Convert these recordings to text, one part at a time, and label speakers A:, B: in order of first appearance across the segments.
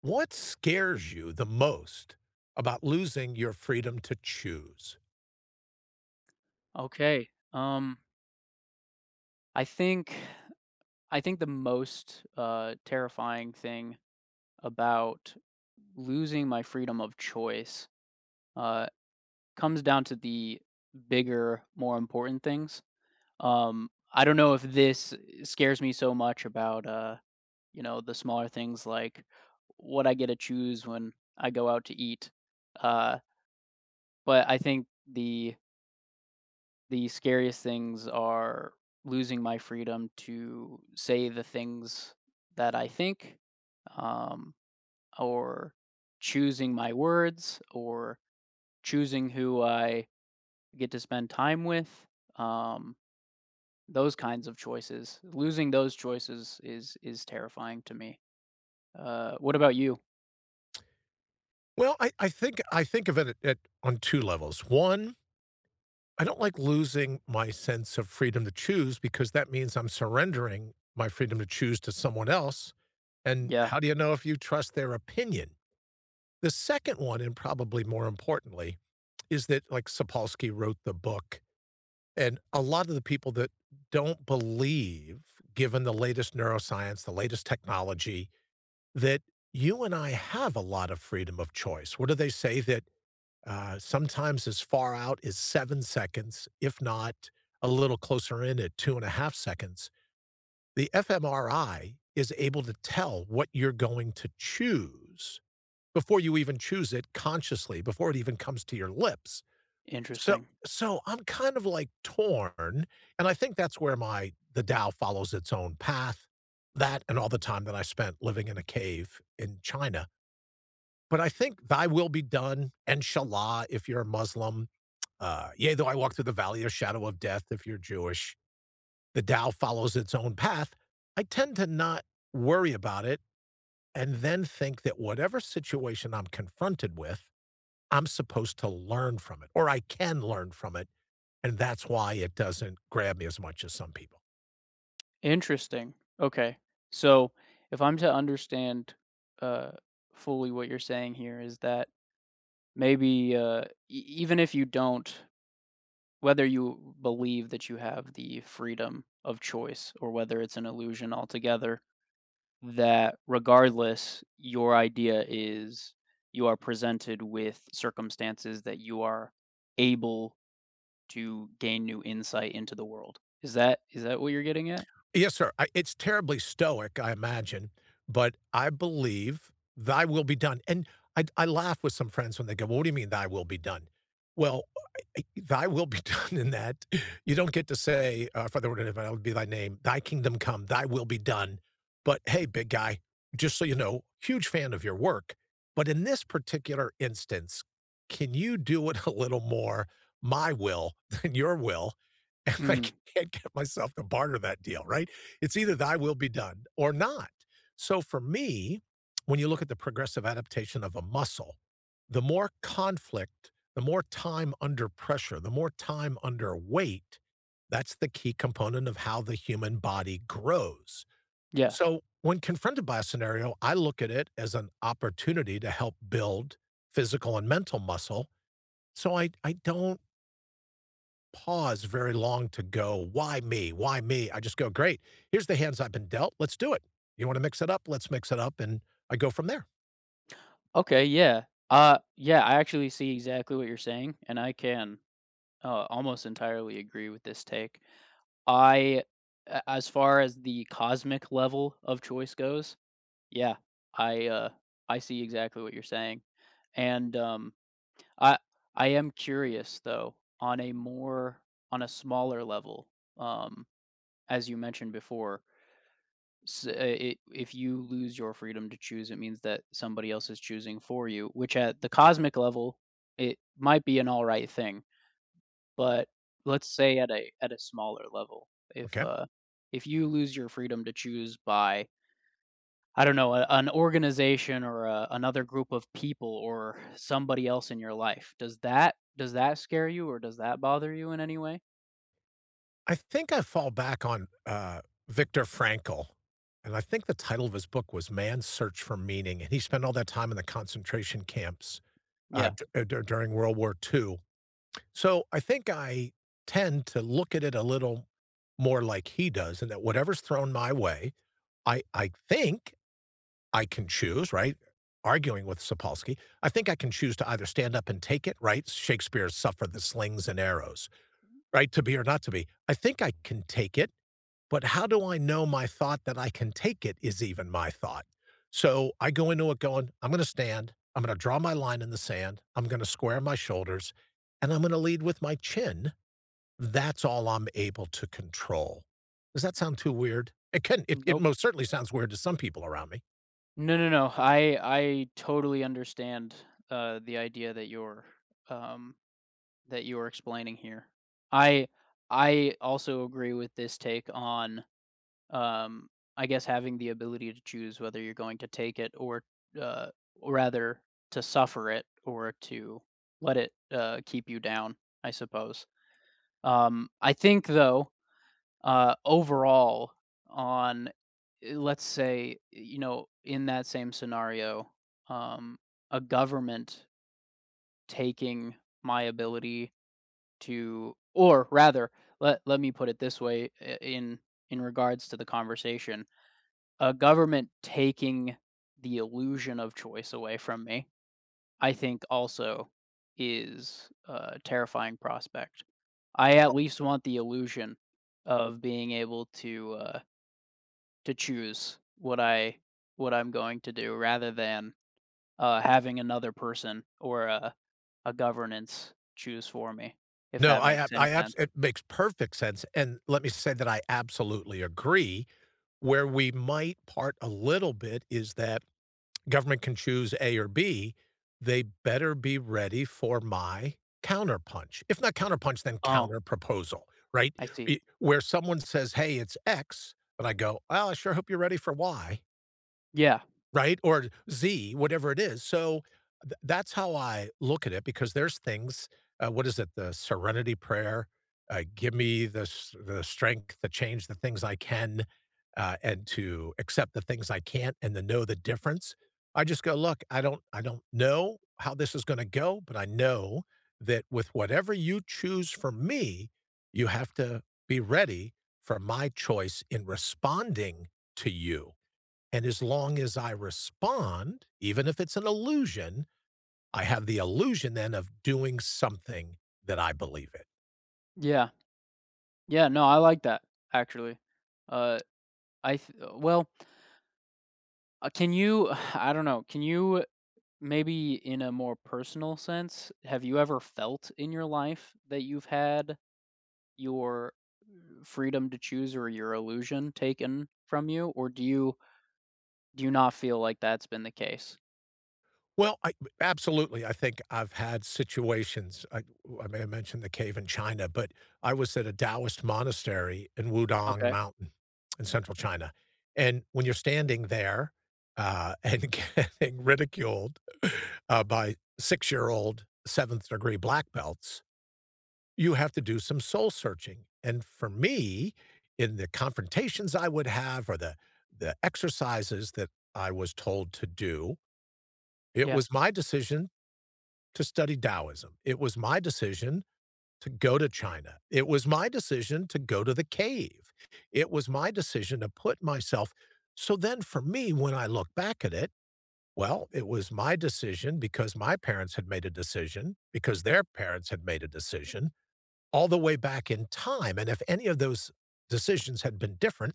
A: What scares you the most about losing your freedom to choose?
B: Okay. I think I think the most terrifying thing about losing my freedom of choice uh, comes down to the bigger, more important things. I don't know if this scares me so much about uh, the smaller things like what I get to choose when I go out to eat, uh, but I think the scariest things are losing my freedom to say the things that I think, um, or choosing my words, or choosing who I get to spend time with. Um, those kinds of choices, losing those choices is terrifying to me. What about you?
A: Well, I think of it at on two levels. One, I don't like losing my sense of freedom to choose because that means I'm surrendering my freedom to choose to someone else, and
B: Yeah,
A: how do you know if you trust their opinion? The second one, and probably more importantly, is that, like, Sapolsky wrote the book, and a lot of the people that don't believe, given the latest neuroscience, the latest technology, that you and I have a lot of freedom of choice. What do they say that sometimes as far out as 7 seconds, if not a little closer in at 2.5 seconds? The fMRI is able to tell what you're going to choose before you even choose it consciously, before it even comes to your lips. So,
B: interesting,
A: so, I'm kind of like torn, and I think that's where my the Tao follows its own path. That and all the time that I spent living in a cave in China, but I think thy will be done, Inshallah, if you're a Muslim. Yea, though I walk through the valley of shadow of death, if you're Jewish. The Tao follows its own path. I tend to not worry about it and then think that whatever situation I'm confronted with, I'm supposed to learn from it, or I can learn from it. And that's why it doesn't grab me as much as some people.
B: interesting. Okay, so if I'm to understand uh, fully what you're saying here, is that maybe, e even if you don't, whether you believe that you have the freedom of choice or whether it's an illusion altogether, that regardless, your idea is you are presented with circumstances that you are able to gain new insight into the world. Is that what you're getting at?
A: Yes, sir. I It's terribly stoic, I imagine, but I believe thy will be done, and I laugh with some friends when they go, "Well, what do you mean thy will be done?" Well, I thy will be done in that you don't get to say, "Father, whatever that would it be thy name, thy kingdom come, thy will be done." But hey, big guy, just so you know, huge fan of your work. But in this particular instance, can you do it a little more my will than your will? And I
B: Mm,
A: can't get myself to barter that deal, right? It's either thy will be done or not. So for me, when you look at the progressive adaptation of a muscle, the more conflict, the more time under pressure, the more time under weight, that's the key component of how the human body grows.
B: yeah.
A: So when confronted by a scenario, I look at it as an opportunity to help build physical and mental muscle. So I don't pause very long to go, "Why me? Why me?" I just go, "Great. Here's the hands I've been dealt. Let's do it. You wanna mix it up? Let's mix it up," and I go from there.
B: Okay, yeah. Yeah, I actually see exactly what you're saying, and I can, almost entirely agree with this take. I a as far as the cosmic level of choice goes, yeah, I, uh, I see exactly what you're saying, and, I I am curious, though, on a more on a smaller level, um, as you mentioned before, s I if you lose your freedom to choose, it means that somebody else is choosing for you, which at the cosmic level, it might be an alright thing. But let's say at a smaller level, if,
A: Okay?
B: uh, if you lose your freedom to choose by, I don't know, a an organization or a another group of people or somebody else in your life, does that scare you or does that bother you in any way?
A: I think I fall back on, Viktor Frankl, and I think the title of his book was Man's Search for Meaning, and he spent all that time in the concentration camps,
B: Yeah.
A: d dur during World War II. So, I think I tend to look at it a little more like he does and that whatever's thrown my way, I think I can choose, right? Arguing with Sapolsky, I think I can choose to either stand up and take it, right? Shakespeare's suffer the slings and arrows, right? To be or not to be. I think I can take it, but how do I know my thought that I can take it is even my thought? So I go into it going, I'm going to stand, I'm going to draw my line in the sand, I'm going to square my shoulders, and I'm going to lead with my chin. That's all I'm able to control. Does that sound too weird? It can, it
B: Nope.
A: most certainly sounds weird to some people around me.
B: No. I totally understand, the idea um, that you're explaining here. I I also agree with this take on um, I guess having the ability to choose whether you're going to take it, uh, or rather to suffer it or to let it keep you down, I suppose. I think though, overall, on let's say, you know, in that same scenario, um, a government taking my ability to, or rather, let me put it this way, in regards to the conversation, a government taking the illusion of choice away from me, I think also is a terrifying prospect. I at least want the illusion of being able to choose what I'm going to do rather than having another person or a governance choose for me, if
A: No,
B: that
A: I
B: makes
A: ab
B: any
A: I abs
B: sense.
A: it makes perfect sense, and let me say that I absolutely agree. Where we might part a little bit is that government can choose A or B. They better be ready for my counterpunch. If not counterpunch, then
B: Oh,
A: counterproposal, right?
B: I see.
A: E Where someone says, "Hey, it's X," and I go, "Well, I sure hope you're ready for Y,"
B: Yeah,
A: right? Or Z, whatever it is. So that's how I look at it because there's things. What is it? The Serenity Prayer. Give me the the strength to change the things I can, and to accept the things I can't, and to know the difference. I just go, look, I don't know how this is going to go, but I know that with whatever you choose for me, you have to be ready for my choice in responding to you, and as long as I respond, even if it's an illusion, I have the illusion then of doing something that I believe in.
B: yeah, yeah. No, I like that actually. Uh, I th- uh, well, can you I don't know, can you maybe in a more personal sense, have you ever felt in your life that you've had your freedom to choose or your illusion taken from you, or do you not feel like that's been the case?
A: Well, absolutely. I think I've had situations. I may have mentioned the cave in China, but I was at a Taoist monastery in Wudong
B: Okay.
A: Mountain in central China. And when you're standing there and getting ridiculed by 6-year-old seventh degree black belts, you have to do some soul searching. And for me, in the confrontations I would have or the exercises that I was told to do, it
B: Yeah.
A: was my decision to study Taoism. It was my decision to go to China. It was my decision to go to the cave. It was my decision to put myself. So then for me, when I look back at it, well, it was my decision because my parents had made a decision, because their parents had made a decision all the way back in time. And if any of those decisions had been different,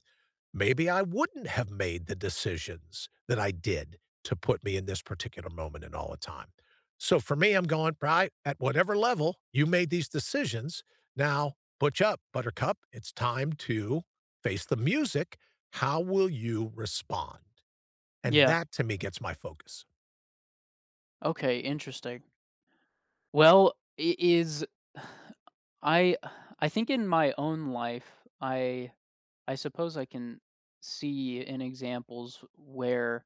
A: maybe I wouldn't have made the decisions that I did to put me in this particular moment and all the time. So for me, I'm going, right, at whatever level you made these decisions, now butch up, buttercup. It's time to face the music. How will you respond? And
B: Yeah.
A: that to me gets my focus.
B: Okay, interesting. Well, it is I I think in my own life, I suppose I can see in examples where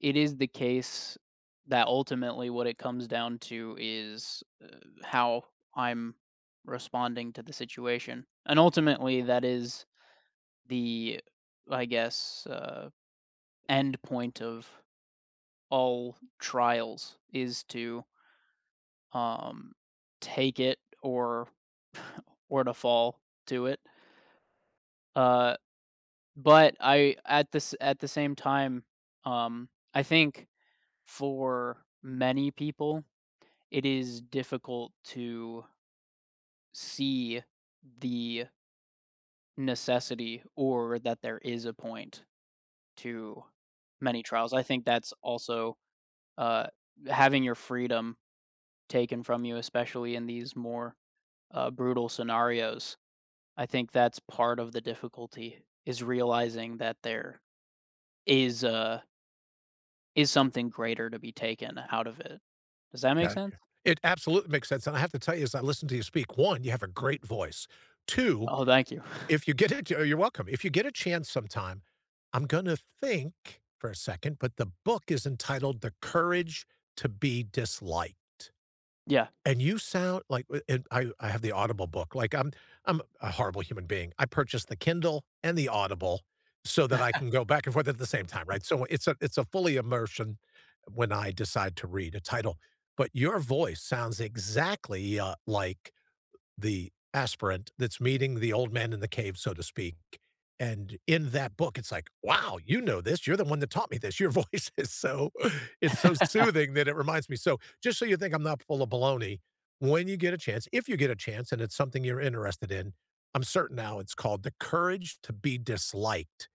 B: it is the case that ultimately what it comes down to is, how I'm responding to the situation, and ultimately that is the, I guess, end point of all trials is to, um, take it or or to fall to it. Uh, but I at this at the same time, um, I think for many people it is difficult to see the necessity or that there is a point to many trials. I think that's also uh, having your freedom taken from you, especially in these more brutal scenarios. I think that's part of the difficulty is realizing that there is uh, is something greater to be taken out of it. Does that make
A: Gotcha.
B: sense?
A: It absolutely makes sense. And I have to tell you, as I listen to you speak, one, you have a great voice. Two,
B: Oh, thank you.
A: If you get it oh, you're welcome. If you get a chance sometime, I'm gonna think for a second, but the book is entitled The Courage to Be Disliked,
B: Yeah.
A: and you sound like and I have the Audible book, like, I'm a horrible human being. I purchased the Kindle and the Audible so that I can go back and forth at the same time, right? So it's a fully immersion when I decide to read a title, but your voice sounds exactly, like the aspirant that's meeting the old man in the cave, so to speak. And in that book, it's like, wow, you know this. You're the one that taught me this. Your voice is so it's so
B: I
A: soothing that it reminds me. So just so you think I'm not full of baloney, when you get a chance, if you get a chance and it's something you're interested in, I'm certain now it's called The Courage to Be Disliked.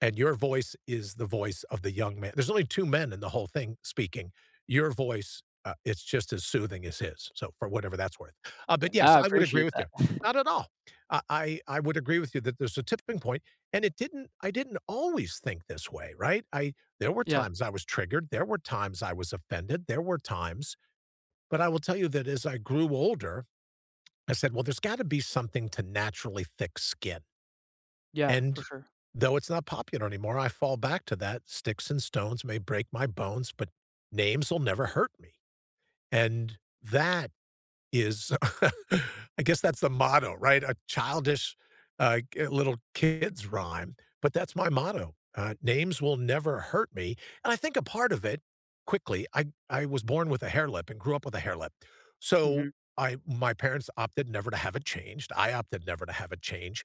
A: And your voice is the voice of the young man. There's only two men in the whole thing speaking. Your voice, it's just as soothing as his. So for whatever that's worth. But yes, I would agree
B: appreciate
A: with
B: that.
A: you. Not at all. I would agree with you that there's a tipping point, and it didn't I didn't always think this way, right? I There were
B: Yeah.
A: times I was triggered, there were times I was offended, there were times, but I will tell you that as I grew older, I said, "Well, there's gotta be something to naturally thick skin."
B: Yeah, for
A: And
B: sure.
A: though it's not popular anymore, I fall back to that, "Sticks and stones may break my bones, but names will never hurt me." And that is I guess that's the motto, right? A childish, g little kid's rhyme, but that's my motto. Names will never hurt me, and I think a part of it quickly, I was born with a hair lip and grew up with a hair lip. So,
B: Mhm.
A: I my parents opted never to have it changed. I opted never to have it changed,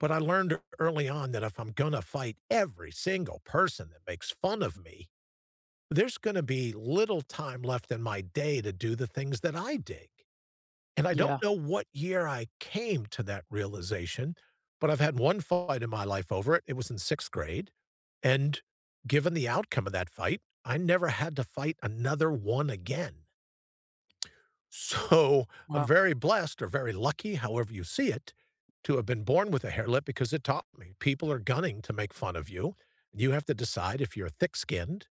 A: but I learned early on that if I'm gonna fight every single person that makes fun of me, there's gonna be little time left in my day to do the things that I dig. And I don't
B: Yeah.
A: know what year I came to that realization, but I've had one fight in my life over it. It was in sixth grade. And given the outcome of that fight, I never had to fight another one again. So I'm
B: Wow.
A: very blessed or very lucky, however you see it, to have been born with a hairlip because it taught me people are gunning to make fun of you. You have to decide if you're thick skinned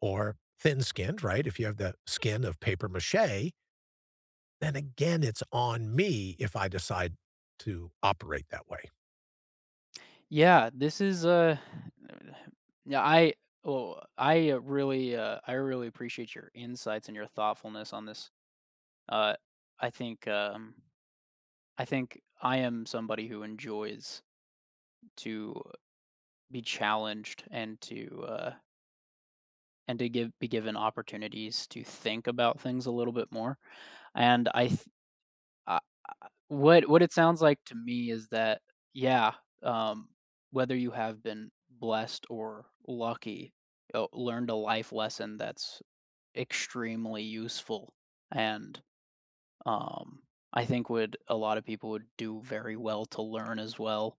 A: or thin skinned, right? If you have the skin of paper mache then again, it's on me if I decide to operate that way.
B: Yeah, this is, yeah, I well, I, really, I really appreciate your insights and your thoughtfulness on this. Uh, I think, I think I am somebody who enjoys to be challenged and to give be given opportunities to think about things a little bit more, and I what it sounds like to me is that, yeah, um, whether you have been blessed or lucky, learned a life lesson that's extremely useful and um, I think would a lot of people would do very well to learn as well.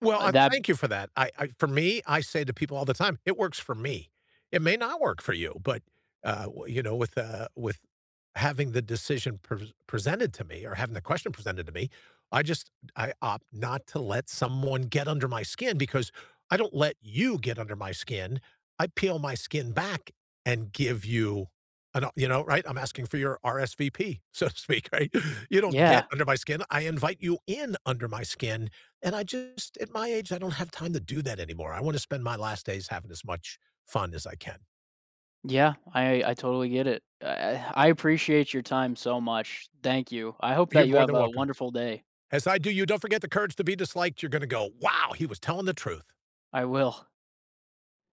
A: Well, I
B: That
A: thank you for that. I for me, I say to people all the time, "It works for me." It may not work for you, but, w with having the decision presented to me or having the question presented to me, I just I opt not to let someone get under my skin because I don't let you get under my skin. I peel my skin back and give you an you know, right? I'm asking for your RSVP, so to speak, right? You don't get
B: Yeah,
A: under my skin. I invite you in under my skin and I just, at my age, I don't have time to do that anymore. I want to spend my last days having as much fun as I can.
B: yeah, I totally get it. I appreciate your time so much. Thank you. I hope
A: You're
B: that you
A: more
B: have
A: than
B: a
A: welcome.
B: wonderful day.
A: As I do you, don't forget the courage to be disliked. You're going to go, wow, he was telling the truth.
B: I will.